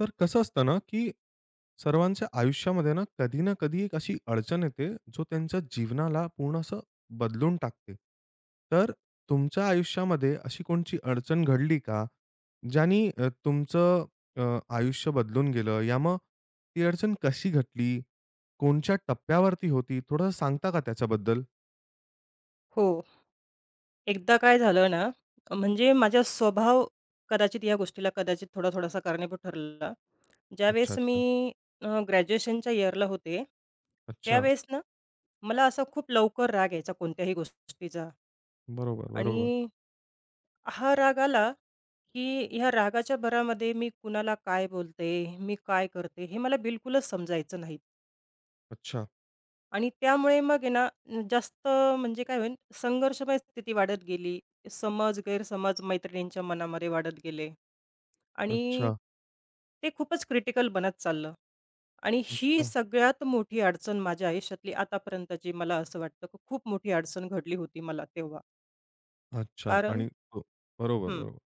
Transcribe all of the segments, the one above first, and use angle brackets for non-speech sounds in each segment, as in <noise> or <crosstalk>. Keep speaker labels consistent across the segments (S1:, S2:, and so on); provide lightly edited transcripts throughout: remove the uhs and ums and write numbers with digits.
S1: तर कसं असतं ना, की सर्वांच्या आयुष्यामध्ये ना, कधी ना कधी एक अशी अडचण येते, जो त्यांच्या जीवनाला पूर्ण असं बदलून टाकते. तर तुमच्या आयुष्यामध्ये अशी कोणची अडचण घडली का? ज्यानी तुमचं आयुष्य बदलून गेलं? या मग ती अडचण कशी घटली? कोणच्या टप्प्यावरती होती? थोडं सांगता का त्याच्याबद्दल?
S2: हो. एकदा काय झालं ना, म्हणजे माझा स्वभाव कदाचित या गोष्टीला कदाचित थोडा-थोडासा कारणीभूत ठरला.
S1: अच्छा,
S2: ज्यावेळेस मी
S1: अच्छा.
S2: ग्रॅज्युएशनच्या इयरला होते,
S1: अच्छा.
S2: त्यावेळेस ना, मला असा खूप लवकर राग यायचा कोणत्याही गोष्टीचा.
S1: बरोबर,
S2: आणि
S1: बरोबर.
S2: हा राग आला, की ह्या रागाच्या भरामध्ये मी कुणाला काय बोलते, मी काय करते, हे मला बिलकुलच समजायचं नाही.
S1: अच्छा,
S2: आणि त्यामुळे मग आहे ना, जास्त म्हणजे काय होईल संघर्षमय स्थिती वाढत गेली. समज, गैरसमज मैत्रिणींच्या मनामध्ये वाढत गेले आणि
S1: अच्छा,
S2: ते खूपच क्रिटिकल बनत चाललं आणि ही
S1: अच्छा,
S2: सगळ्यात मोठी अडचण माझ्या आयुष्यातली आतापर्यंतची मला असं वाटतं, की खूप मोठी अडचण घडली होती मला तेव्हा.
S1: अच्छा
S2: कारण
S1: आणि हो. बरोबर,
S2: हं.
S1: बरोबर.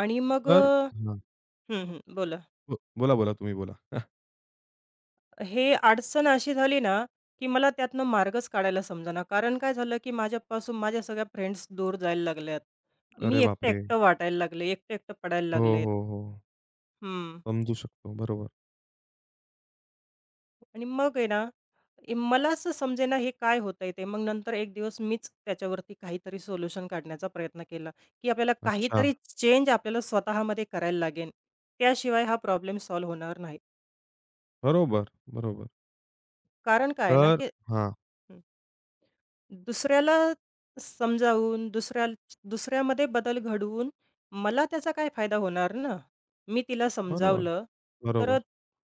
S2: आणि मग अ
S1: तर हां.
S2: हं, हं. बोला.
S1: बोला, बोला. तुम्ही बोला. <laughs>
S2: हे अडचण अशी झाली ना, की मला त्यातनं मार्गच काढायला समजेना. कारण काय झालं, की माझ्यापासून माझ्या सगळ्या फ्रेंड्स दूर जायला लागल्यात. मी
S1: अरे बापरे!
S2: एकटं-एकटं वाटायला लागले, एकटं-एकटं पडायला
S1: हो,
S2: लागलेत.
S1: हो, हो.
S2: हं.
S1: समजू शकतो. बरोबर.
S2: आणि मग आहे ना, हे मला असं समजेना हे काय होतंय ते. मग नंतर एक दिवस मीच त्याच्यावरती काहीतरी सोल्युशन काढण्याचा प्रयत्न केला, की आपल्याला
S1: अच्छा.
S2: काहीतरी चेंज आपल्याला स्वतःमध्ये करायला लागेल. त्याशिवाय हा प्रॉब्लेम सॉल्व्ह होणार नाही.
S1: बरोबर, बरोबर.
S2: कारण काय आहे ना,
S1: तर
S2: की
S1: हां.
S2: हं. दुसऱ्याला समजावून, दुसऱ्यामध्ये बदल घडवून मला त्याचा काय फायदा होणार ना? मी तिला
S1: बरोबर,
S2: समजावलं, तर
S1: बरोबर.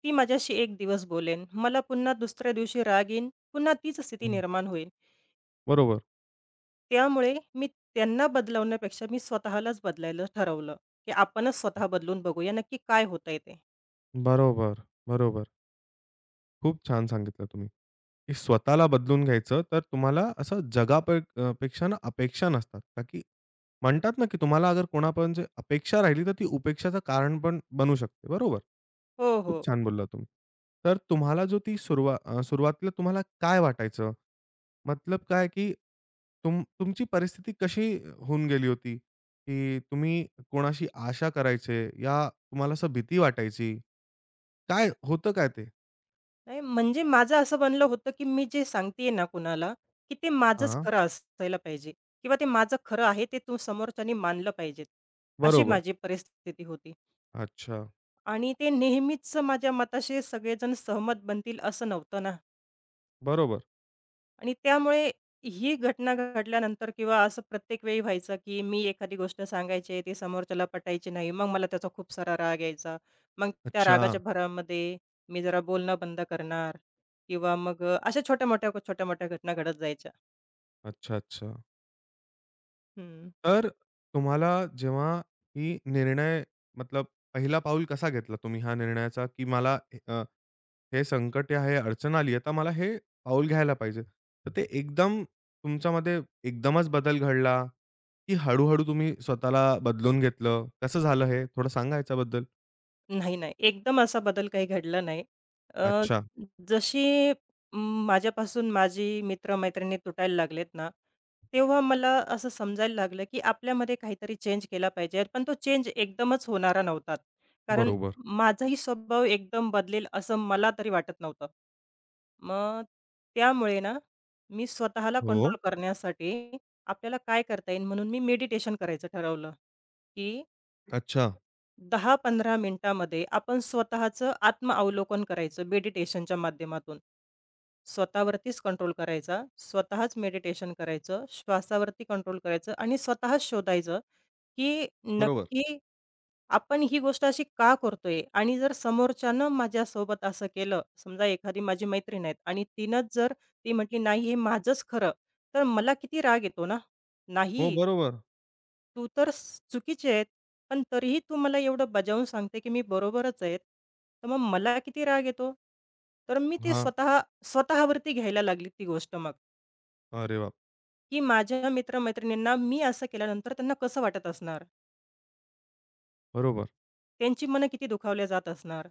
S2: ती माझ्याशी एक दिवस बोलेन. मला पुन्हा दुसऱ्या दिवशी राग येईन, पुन्हा तीच स्थिती
S1: हं.
S2: निर्माण होईल.
S1: बरोबर,
S2: त्यामुळे मी त्यांना बदलवण्यापेक्षा मी स्वतःलाच बदलायला ठरवलं, की आपणच स्वतः बदलून बघूया नक्की काय होतंय ते.
S1: बरोबर, बरोबर. खूप छान सांगितलं तुम्ही, की स्वतःला बदलून घ्यायचं. तर तुम्हाला असं पेक्षा ना अपेक्षा नसतात. का की म्हणतात ना, की तुम्हाला अगर कोणापर्यंत अपेक्षा राहिली, तर ती उपेक्षाचं कारण पण बनू शकते. बरोबर?
S2: हो,
S1: खूप
S2: हो.
S1: छान बोलला तुम्ही. तर तुम्हाला जो ती सुरुवातीला तुम्हाला काय वाटायचं? मतलब काय की तुमची परिस्थिती कशी होऊन गेली होती? की तुम्ही कोणाशी आशा करायचे या तुम्हाला असं भीती वाटायची? काय होतं काय ते?
S2: नाही, म्हणजे माझं असं बनलं होतं, की मी जे सांगते आहे ना कुणाला, की ते माझंच
S1: हां,
S2: खरं असायला पाहिजे किंवा ते माझं खरं आहे ते तू समोरच्यानी मानलं पाहिजे. अशी
S1: बरोबर.
S2: माझी परिस्थिती होती
S1: अच्छा.
S2: आणि ते नेहमीच माझ्या मताशी सगळेजण सहमत बनतील असं नव्हतं ना.
S1: बरोबर.
S2: आणि त्यामुळे ही घटना घडल्यानंतर किंवा असं प्रत्येक वेळी व्हायचं, की मी एखादी गोष्ट सांगायची, ती समोरच्याला पटायची नाही. मग मला त्याचा खूप सारा राग यायचा. मग त्या
S1: अच्छा.
S2: रागाच्या भरामध्ये मी जरा बोलणं बंद करणार किंवा मग अशा छोट्या-मोठ्या, छोट्या-मोठ्या घटना घडत जायच्या.
S1: अच्छा, अच्छा. तर तुम्हाला जेव्हा ही निर्णय मतलब पहिला पाऊल कसा घेतला तुम्ही हा निर्णयाचा की मला हे संकट आहे, अडचण आली आहे, मला हे पाऊल घ्यायला पाहिजे. तर ते एकदम तुमच्यामध्ये एकदमच बदल घडला, की हळू-हळू तुम्ही स्वतःला बदलून घेतलं? कसं झालं हे? थोडं सांगा याच्याबद्दल?
S2: नाही, नाही. एकदम असा बदल काही घडला नाही. अ,
S1: अच्छा.
S2: जशी म, माझ्यापासून माझी मित्र-मैत्रिणी तुटायला लागलेत ना, तेव्हा मला असं समजायला लागलं, की आपल्यामध्ये काहीतरी चेंज केला पाहिजे. पण तो चेंज एकदमच होणारा नव्हता. कारण
S1: बरोबर.
S2: माझाही स्वभाव एकदम बदलेल असं मला तरी वाटत नव्हतं. मग त्यामुळे ना, मी स्वतःला
S1: हो.
S2: कंट्रोल करण्यासाठी आपल्याला काय करता येईल म्हणून मी मेडिटेशन करायचं ठरवलं, की
S1: अच्छा.
S2: 10-15 मिनिटामध्ये आपण स्वतःचं आत्मअवलोकन करायचं मेडिटेशनच्या माध्यमातून. स्वतःवरतीच कंट्रोल करायचा, स्वतःच मेडिटेशन करायचं, श्वासावरती कंट्रोल करायचं आणि स्वतःच शोधायचं, की
S1: बरोबर.
S2: नक्की आपण ही गोष्ट अशी का करतोय? आणि जर समोरच्यानं माझ्यासोबत असं केलं, समजा एखादी माझी मैत्रीण आहे आणि तिनंच जर ती म्हटली, "नाही, हे माझंच खरं." तर मला किती राग येतो ना?
S1: हो,
S2: नाही.
S1: बरोबर.
S2: तू तर स चुकीची आहेत, पण तरीही तू मला एवढं बजावून सांगते, की मी बरोबरच आहेत. तर मग मला किती राग येतो. तर मी ते
S1: हां.
S2: स्वतः स्वतःवरती घ्यायला लागली ती गोष्ट मग,
S1: अरे वाह!
S2: की माझ्या मित्र-मैत्रिणींना मी असं केल्यानंतर त्यांना कसं वाटत असणार?
S1: बरोबर.
S2: त्यांची मनं किती दुखावली जात असणार?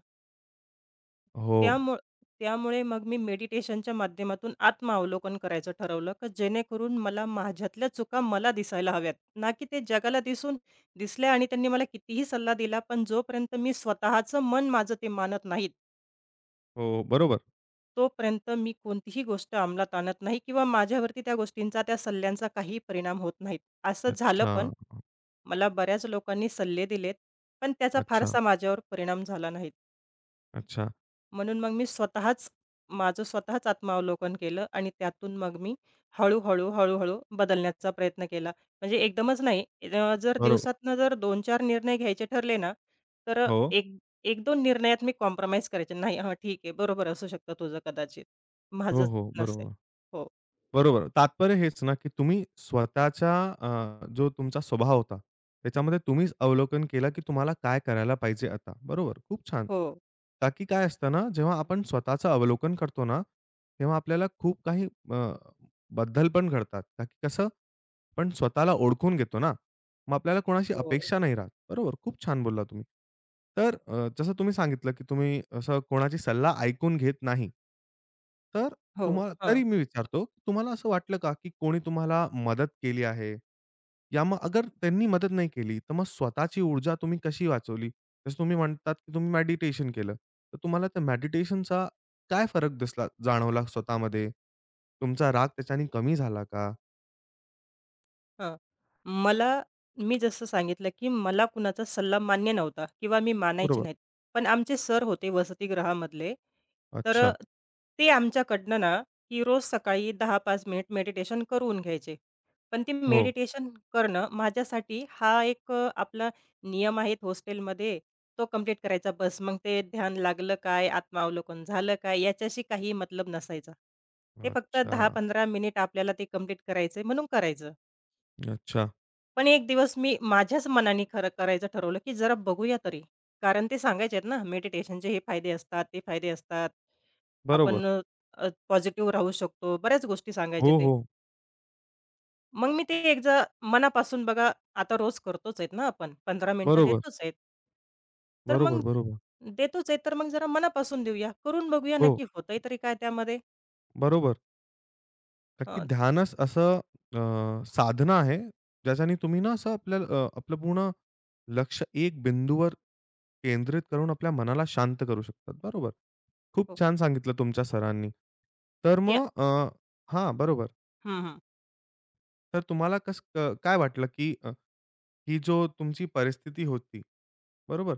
S1: हो,
S2: त्यामु त्यामुळे मग मी मेडिटेशनच्या माध्यमातून आत्मावलोकन करायचं ठरवलं, की जेणेकरून मला माझ्यातल्या चुका मला दिसायला हव्यात. ना की ते जगाला दिसून दिसल्या आणि त्यांनी मला कितीही सल्ला दिला, पण जोपर्यंत मी स्वतःचं मन माझं ते मानत नाहीत,
S1: हो. बरोबर.
S2: तोपर्यंत मी कोणतीही गोष्ट अंमलात आणत नाही किंवा माझ्यावरती त्या गोष्टींचा, त्या सल्ल्यांचा काही परिणाम होत नाहीत. असं झालं
S1: अच्छा,
S2: पण. मला बऱ्याच लोकांनी सल्ले दिलेत, पण त्याचा
S1: अच्छा,
S2: फारसा माझ्यावर परिणाम झाला नाहीत.
S1: अच्छा.
S2: म्हणून मग मी स्वतःच माझं स्वतःच आत्मावलोकन केलं आणि त्यातून मग मी हळू-हळू, हळू-हळू बदलण्याचा प्रयत्न केला. म्हणजे एकदमच नाही. जर
S1: बरोबर.
S2: दिवसातनं जर दोन-चार निर्णय घ्यायचे ठरले ना, तर
S1: हो.
S2: 1 निर्णयात मी कॉम्प्रोमाईज करायचे. नाही, हां, ठीक आहे. बरोबर असू शकतं तुझं कदाचित.
S1: हो,
S2: माझंच
S1: हो.
S2: नसेल.
S1: बरोबर.
S2: हो,
S1: बरोबर. तात्पर्य हेच ना, की तुम्ही स्वतःच्या जो तुमचा स्वभाव होता, त्याच्यामध्ये तुम्हीच अवलोकन केलं, की तुम्हाला काय करायला पाहिजे आता. बरोबर, खूप छान.
S2: हो,
S1: का की काय असतं ना, जेव्हा आपण स्वतःचं अवलोकन करतो ना, तेव्हा आपल्याला खूप काही बदल पण घडतात. का की कसं पण स्वतःला ओळखून घेतो ना, मग आपल्याला कोणाशी
S2: हो,
S1: अपेक्षा नाही राहत. बरोबर, खूप छान बोलला तुम्ही. तर जसं तुम्ही सांगितलं, की तुम्ही असं कोणाची सल्ला ऐकून घेत नाही. तर
S2: हो.
S1: तुम्हाला
S2: हां.
S1: तरी मी विचारतो, तुम्हाला असं वाटलं का, की कोणी तुम्हाला मदत केली आहे? या मग अगर त्यांनी मदत नाही केली, तर मग स्वतःची ऊर्जा तुम्ही कशी वाचवली? जसं तुम्ही म्हणतात, की तुम्ही मेडिटेशन केलं. तर तुम्हाला त्या मेडिटेशनचा काय फरक दिसला जाणवला स्वतःमध्ये? तुमचा राग त्याच्याने कमी झाला का?
S2: हां. मला मी जसं सांगितलं, की मला कुणाचा सल्ला मान्य नव्हता किंवा मी मानायचे
S1: बरोबर.
S2: नाहीत. पण आमचे सर होते वसतिगृहामधले. तर
S1: अच्छा.
S2: ते आमच्याकडनं ना, की रोज सकाळी दहा 5 मिनिट मेडिटेशन करून घ्यायचे. पण ते
S1: हो.
S2: मेडिटेशन करणं माझ्यासाठी हा एक आपला नियम आहे हॉस्टेलमध्ये, तो कंप्लीट करायचा बस. मग ते ध्यान लागलं काय, आत्मावलोकन झालं काय, याच्याशी काही मतलब नसायचा. ते फक्त
S1: अच्छा,
S2: 10-15 मिनिट आपल्याला ते कंप्लीट करायचं म्हणून करायचं.
S1: अच्छा.
S2: पण एक दिवस मी माझ्याच मनाने खरं करायचं ठरवलं, की जरा बघूया तरी. कारण ते सांगायचे आहेत ना, मेडिटेशनचे हे फायदे असतात, ते फायदे असतात.
S1: बरोबर.
S2: आपण अ, अ, पॉझिटिव्ह राहू शकतो. बऱ्याच गोष्टी सांगायचे
S1: हो,
S2: ते.
S1: हो.
S2: मग मी ते एकदा मनापासून बघा, आता रोज करतोच आहेत ना आपण. 15 मिनिटं
S1: बरोबर,
S2: देतोच आहेत. तर मग
S1: बरोबर, बरोबर.
S2: देतोच आहे, तर मग जरा मनापासून देऊया. करून बघूया
S1: हो,
S2: नक्की होतंय तरी काय त्यामध्ये?
S1: बरोबर. का की
S2: हं.
S1: ध्यानच असं अ, साधना आहे, ज्याच्याने तुम्ही ना असं आपल्याला आपलं पूर्ण लक्ष एक बिंदूवर केंद्रित करून आपल्या मनाला शांत करू शकतात. बरोबर. खूप
S2: हो.
S1: छान सांगितलं तुमच्या सरांनी. तर
S2: या
S1: मग अ, हां, बरोबर.
S2: हं, हं.
S1: तर तुम्हाला कसं काय वाटलं, की ही जो तुमची परिस्थिती होती, बरोबर?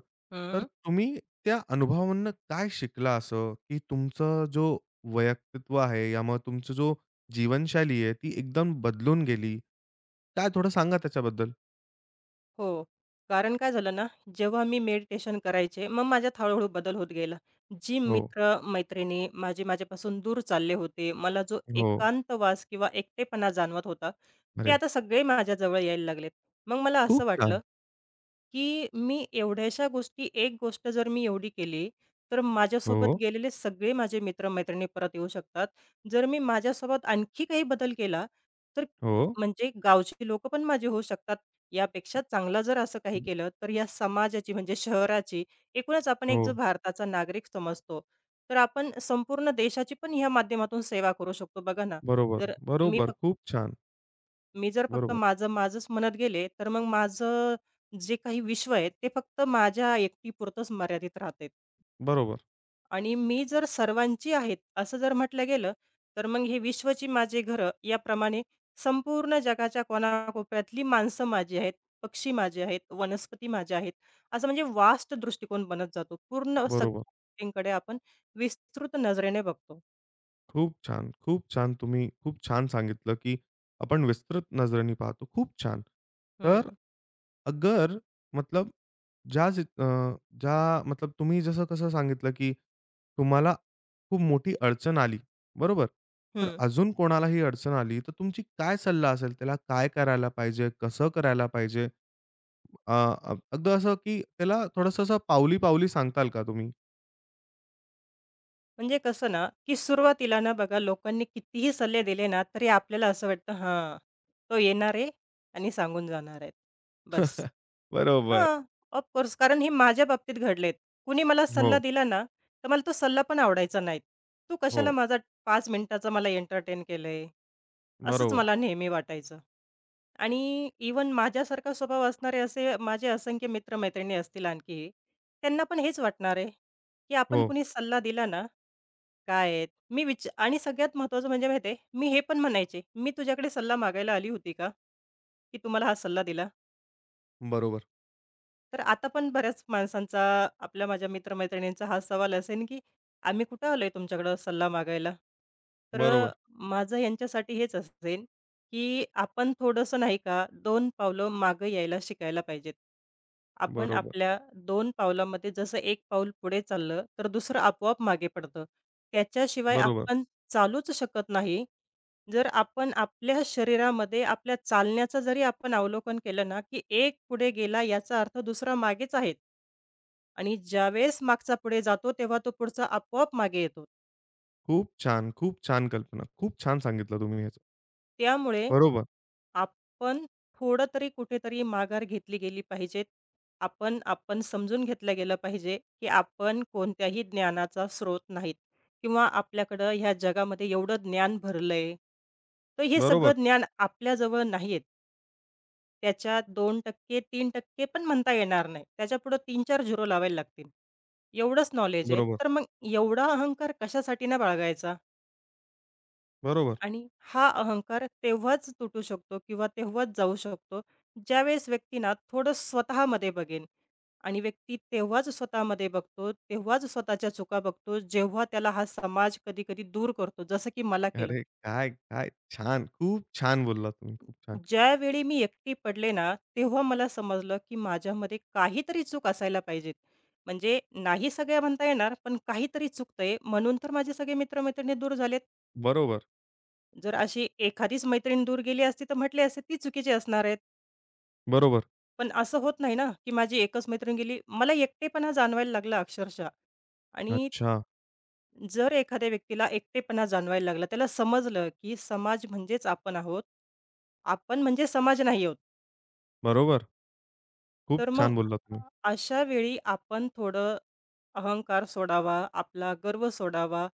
S1: तर
S2: हं.
S1: तुम्ही त्या अनुभवामधनं काय शिकला असं, की तुमचं जो व्यक्तित्व आहे, यामुळे तुमची जो जीवनशैली आहे, ती एकदम बदलून गेली? काय थोडं सांगा त्याच्याबद्दल?
S2: हो. कारण काय झालं ना, जेव्हा मी मेडिटेशन करायचे, मग माझ्यात हळू बदल होत गेला. जी
S1: हो,
S2: मित्र-मैत्रिणी माझे माझ्यापासून दूर चालले होते, मला जो
S1: हो.
S2: एकांतवास किंवा एकटेपणा जाणवत होता, ते
S1: अरे,
S2: आता सगळे माझ्याजवळ यायला लागलेत. मग मला असं
S1: खूप
S2: वाटलं,
S1: छान.
S2: की मी एवढ्याशा गोष्टी एक गोष्ट जर मी एवढी केली, तर माझ्यासोबत
S1: हो,
S2: गेलेले सगळे माझे मित्र परत येऊ शकतात. जर मी माझ्यासोबत आणखी काही बदल केला, तर
S1: हो,
S2: म्हणजे गावची लोकं पण माझी होऊ शकतात. यापेक्षा चांगलं जर असं काही केलं, तर या समाजाची म्हणजे शहराची एकूणच आपण एक
S1: हो.
S2: जो भारताचा नागरिक समजतो, तर आपण संपूर्ण देशाची पण ह्या माध्यमातून सेवा करू शकतो. बघा ना,
S1: बरोबर,
S2: जर मी
S1: बरोबर. खूप छान.
S2: मी जर फक्त
S1: बरोबर,
S2: माझं माझंच म्हणत गेले, तर मग माझं जे काही विश्व आहे, ते फक्त माझ्या एकटीपुरतंच मर्यादित राहते
S1: बरोबर,
S2: आणि मी जर सर्वांची आहेत, असं जर म्हटलं गेलं, तर मग हे विश्वची माझी घरं याप्रमाणे संपूर्ण जगाच्या कोनाकोपऱ्यातली माणसं माझी आहेत, पक्षी माझे आहेत, वनस्पती माझ्या आहेत. असं म्हणजे वास्ट दृष्टिकोन बनत जातो. पूर्ण सगळ्या
S1: बरोबर.
S2: गोष्टींकडे आपण विस्तृत नजरेने बघतो.
S1: खूप छान, खूप छान. तुम्ही खूप छान सांगितलं, की आपण विस्तृत नजरेने पाहतो. खूप छान. तर
S2: हं,
S1: अगर मतलब ज्या ज अ, ज्या मतलब तुम्ही जसं कसं सांगितलं, की तुम्हाला खूप मोठी अडचण आली, बरोबर? तर
S2: हं.
S1: अजून कोणालाही अडचण आली, तर तुमची काय सल्ला असेल? त्याला काय करायला पाहिजे? कसं करायला पाहिजे? अ, अ, अगदी असं, की त्याला थोडंसं असं पावली-पावली सांगताल का तुम्ही?
S2: म्हणजे कसं ना, की सुरुवातीला ना बघा लोकांनी कितीही सल्ले दिले ना, तरी आपल्याला असं वाटतं, "हां, तो येणार आहे आणि सांगून जाणार आहेत." बस.
S1: <laughs> बरोबर.
S2: हां, ऑफकोर्स कारण हे माझ्या बाबतीत घडलेत. कुणी मला सल्ला
S1: हो,
S2: दिला ना, तर मला तो सल्ला पण आवडायचा नाही. "तू कशाला
S1: हो.
S2: माझा 5 मिनिटाचा मला एंटरटेन केलंय?" असंच
S1: बरोबर.
S2: मला नेहमी वाटायचं. आणि इव्हन माझ्यासारखा स्वभाव असणारे असे माझे असंख्य मित्र असतील आणखी, त्यांना पण हेच वाटणार आहे, की आपण
S1: हो,
S2: कुणी सल्ला दिला ना काय आहेत? मी विच आणि सगळ्यात महत्त्वाचं म्हणजे माहिती आहे, मी हे पण म्हणायचे, "मी तुझ्याकडे सल्ला मागायला आली होती का? की तुम्हाला हा सल्ला दिला?"
S1: बरोबर.
S2: तर आता पण बऱ्याच माणसांचा, आपल्या माझ्या मित्र-मैत्रिणींचा हा सवाल असेल, की "आम्ही कुठं आलोय तुमच्याकडं सल्ला मागायला?" तर
S1: बरोबर,
S2: माझं यांच्यासाठी हेच असेल, की आपण थोडंसं नाही का 2 पावलं मागं यायला शिकायला पाहिजेत. आपण
S1: बरोबर,
S2: 2 पावलामध्ये जसं 1 पाऊल पुढे चाललं, तर दुसरं आपोआप मागे पडतं. त्याच्याशिवाय
S1: बरोबर.
S2: आपण चालूच शकत नाही. जर आपण आपल्या शरीरामध्ये आपल्या चालण्याचं जरी आपण अवलोकन केलं ना, की एक पुढे गेला याचा अर्थ दुसरा मागेच आहे आणि ज्यावेळेस मागचा पुढे जातो, तेव्हा तो पुढचा आपोआप मागे येतो.
S1: खूप छान, खूप छान कल्पना. खूप छान सांगितलं तुम्ही ह्याचं.
S2: त्यामुळे
S1: बरोबर,
S2: आपण थोडं तरी कुठेतरी माघार घेतली गेली पाहिजे. आपण आपण समजून घेतलं गेलं पाहिजे, की आपण कोणत्याही ज्ञानाचा स्रोत नाहीत किंवा आपल्याकडं ह्या जगामध्ये एवढं ज्ञान भरलंय. तर हे
S1: बरोबर,
S2: सगळं ज्ञान आपल्याजवळ नाहीये. त्याच्यात 2% टक्के, तीन टक्के पण म्हणता येणार नाही. त्याच्यापुढं 3-4 झिरो लावायला लागतील. एवढंच नॉलेज आहे.
S1: बरोबर,
S2: तर मग एवढा अहंकार कशासाठी नाही बाळगायचा?
S1: बरोबर.
S2: आणि हा अहंकार तेव्हाच तुटू शकतो किंवा तेव्हाच जाऊ शकतो, ज्यावेळेस व्यक्ती ना थोडं स्वतःमध्ये बघेन आणि व्यक्ती तेव्हाच स्वतःमध्ये बघतो, तेव्हाच स्वतःच्या चुका बघतो, जेव्हा त्याला हा समाज कधी-कधी दूर करतो, जसं की मला केलं.
S1: अरे काय, काय छान! खूप छान बोललात तुम्ही. खूप छान.
S2: ज्यावेळी मी एकटी पडले ना, तेव्हा मला समजलं, की माझ्यामध्ये काहीतरी चूक असायला पाहिजे. म्हणजे नाही सगळ्या म्हणता येणार, पण काहीतरी चुकतंय म्हणून तर माझे सगळे मित्र-मैत्रिणी दूर झालेत.
S1: बरोबर,
S2: जर अशी एखादीच मैत्रीण दूर गेली असती, तर म्हटले असते ती चुकीची असणार आहेत.
S1: बरोबर.
S2: पण असं होत नाही ना, की माझी एकच मैत्रीण गेली. मला एकटेपणा जाणवायला लागला अक्षरशः आणि
S1: अच्छा.
S2: जर एखाद्या व्यक्तीला एकटेपणा जाणवायला लागला, त्याला समजलं, की समाज म्हणजेच आपण आहोत. आपण म्हणजे समाज नाही आहोत.
S1: बरोबर. खूप
S2: तर मग
S1: छान बोललात
S2: अ,
S1: तुम्ही.
S2: अशा वेळी आपण थोडं अहंकार सोडावा, आपला गर्व सोडावा.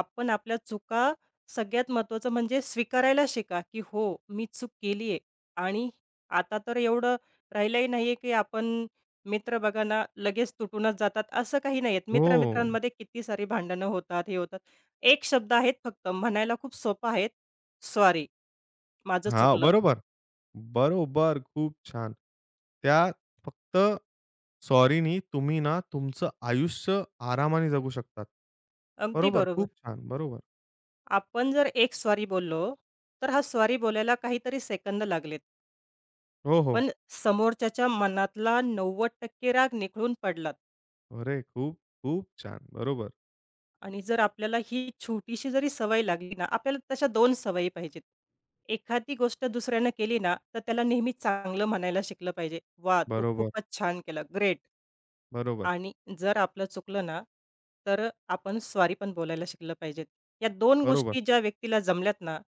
S2: आपण आपल्या चुका सगळ्यात महत्त्वाचं म्हणजे स्वीकारायला शिका, की हो, मी चूक केली आहे आणि आता तर एवढं राहिलंही नाही आहे, की आपण मित्र बघा ना, लगेच तुटूनच जातात, असं काही नाही आहेत.
S1: हो.
S2: मित्र किती सारी भांडणं होतात, हे होतात. एक शब्द आहेत फक्त, म्हणायला खूप सोपा आहे, "सॉरी, माझं
S1: हां,
S2: चुकलं."
S1: बरोबर. बरोबर. खूप छान. त्या फक्त सॉरीनी तुम्ही ना तुमचं आयुष्य आरामाने जगू शकतात.
S2: अगदी
S1: बरोबर.
S2: बरोबर.
S1: खूप छान. बरोबर.
S2: आपण जर एक स्वारी बोललो, तर हा स्वारी बोलायला काहीतरी सेकंद लागलेत.
S1: हो, हो.
S2: पण समोरच्याच्या मनातला 90% राग निखळून पडलात
S1: अरे! खूप, खूप छान. बरोबर,
S2: आणि जर आपल्याला ही छोटीशी जरी सवय लागली ना, आपल्याला तशा दोन सवयी पाहिजेत. एखादी गोष्ट दुसऱ्यानं केली ना, तर त्याला नेहमी चांगलं म्हणायला शिकलं पाहिजे. "वाह! तू
S1: बरोबर,
S2: खूपच छान केलं. ग्रेट."
S1: बरोबर,
S2: आणि जर आपलं चुकलं ना, तर आपण स्वारी पण बोलायला शिकलं पाहिजेत. या दोन
S1: बरोबर.
S2: गोष्टी ज्या व्यक्तीला जमल्यात ना,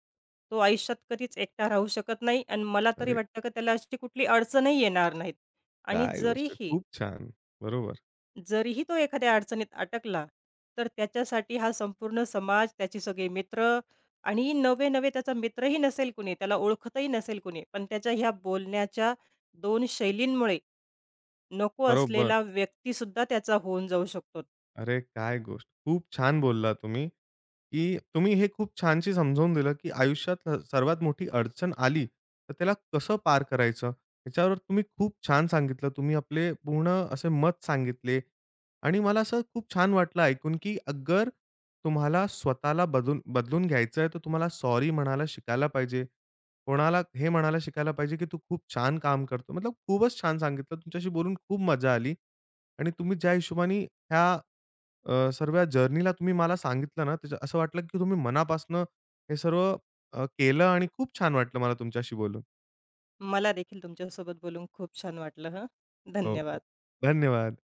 S2: तो आयुष्यात कधीच एकटा राहू शकत नाही आणि मला तरी
S1: अरे!
S2: वाटतं, की त्याला अशी कुठली अडचणही येणार नाहीत. आणि
S1: काय गोष्ट आहे.
S2: जरीही
S1: खूप छान. बरोबर,
S2: जरीही तो एखाद्या अडचणीत अटकला, तर त्याच्यासाठी हा संपूर्ण समाज, त्याचे सगळे मित्र आणि नवे-नवे त्याचा मित्रही नसेल कुणी, त्याला ओळखतही नसेल कुणी, पण त्याच्या ह्या बोलण्याच्या 2 शैलींमुळे नको
S1: बरोबर.
S2: असलेला व्यक्तीसुद्धा त्याचा होऊन जाऊ शकतो.
S1: अरे, काय गोष्ट! खूप छान बोलला तुम्ही, की तुम्ही हे खूप छानशी समजावून दिलं, की आयुष्यात सर्वात मोठी अडचण आली, तर त्याला कसं पार करायचं? याच्यावर तुम्ही खूप छान सांगितलं. तुम्ही आपले पूर्ण असे मत सांगितले आणि मला असं खूप छान वाटलं ऐकून, की अगर तुम्हाला स्वतःला बदलून घ्यायचं आहे, तर तुम्हाला सॉरी म्हणायला शिकायला पाहिजे. कोणाला हे म्हणायला शिकायला पाहिजे, की "तू खूप छान काम करतो." मतलब खूपच छान सांगितलं. तुमच्याशी बोलून खूप मजा आली आणि तुम्ही ज्या हिशोबाने ह्या सर्व या जर्नीला तुम्ही मला सांगितलं ना, त्याच्या असं वाटलं की तुम्ही मनापासनं हे सर्व केलं आणि खूप छान वाटलं मला तुमच्याशी बोलून.
S2: मला देखील तुमच्यासोबत बोलून खूप छान वाटलं हं.
S1: हो,
S2: धन्यवाद.
S1: हो. धन्यवाद.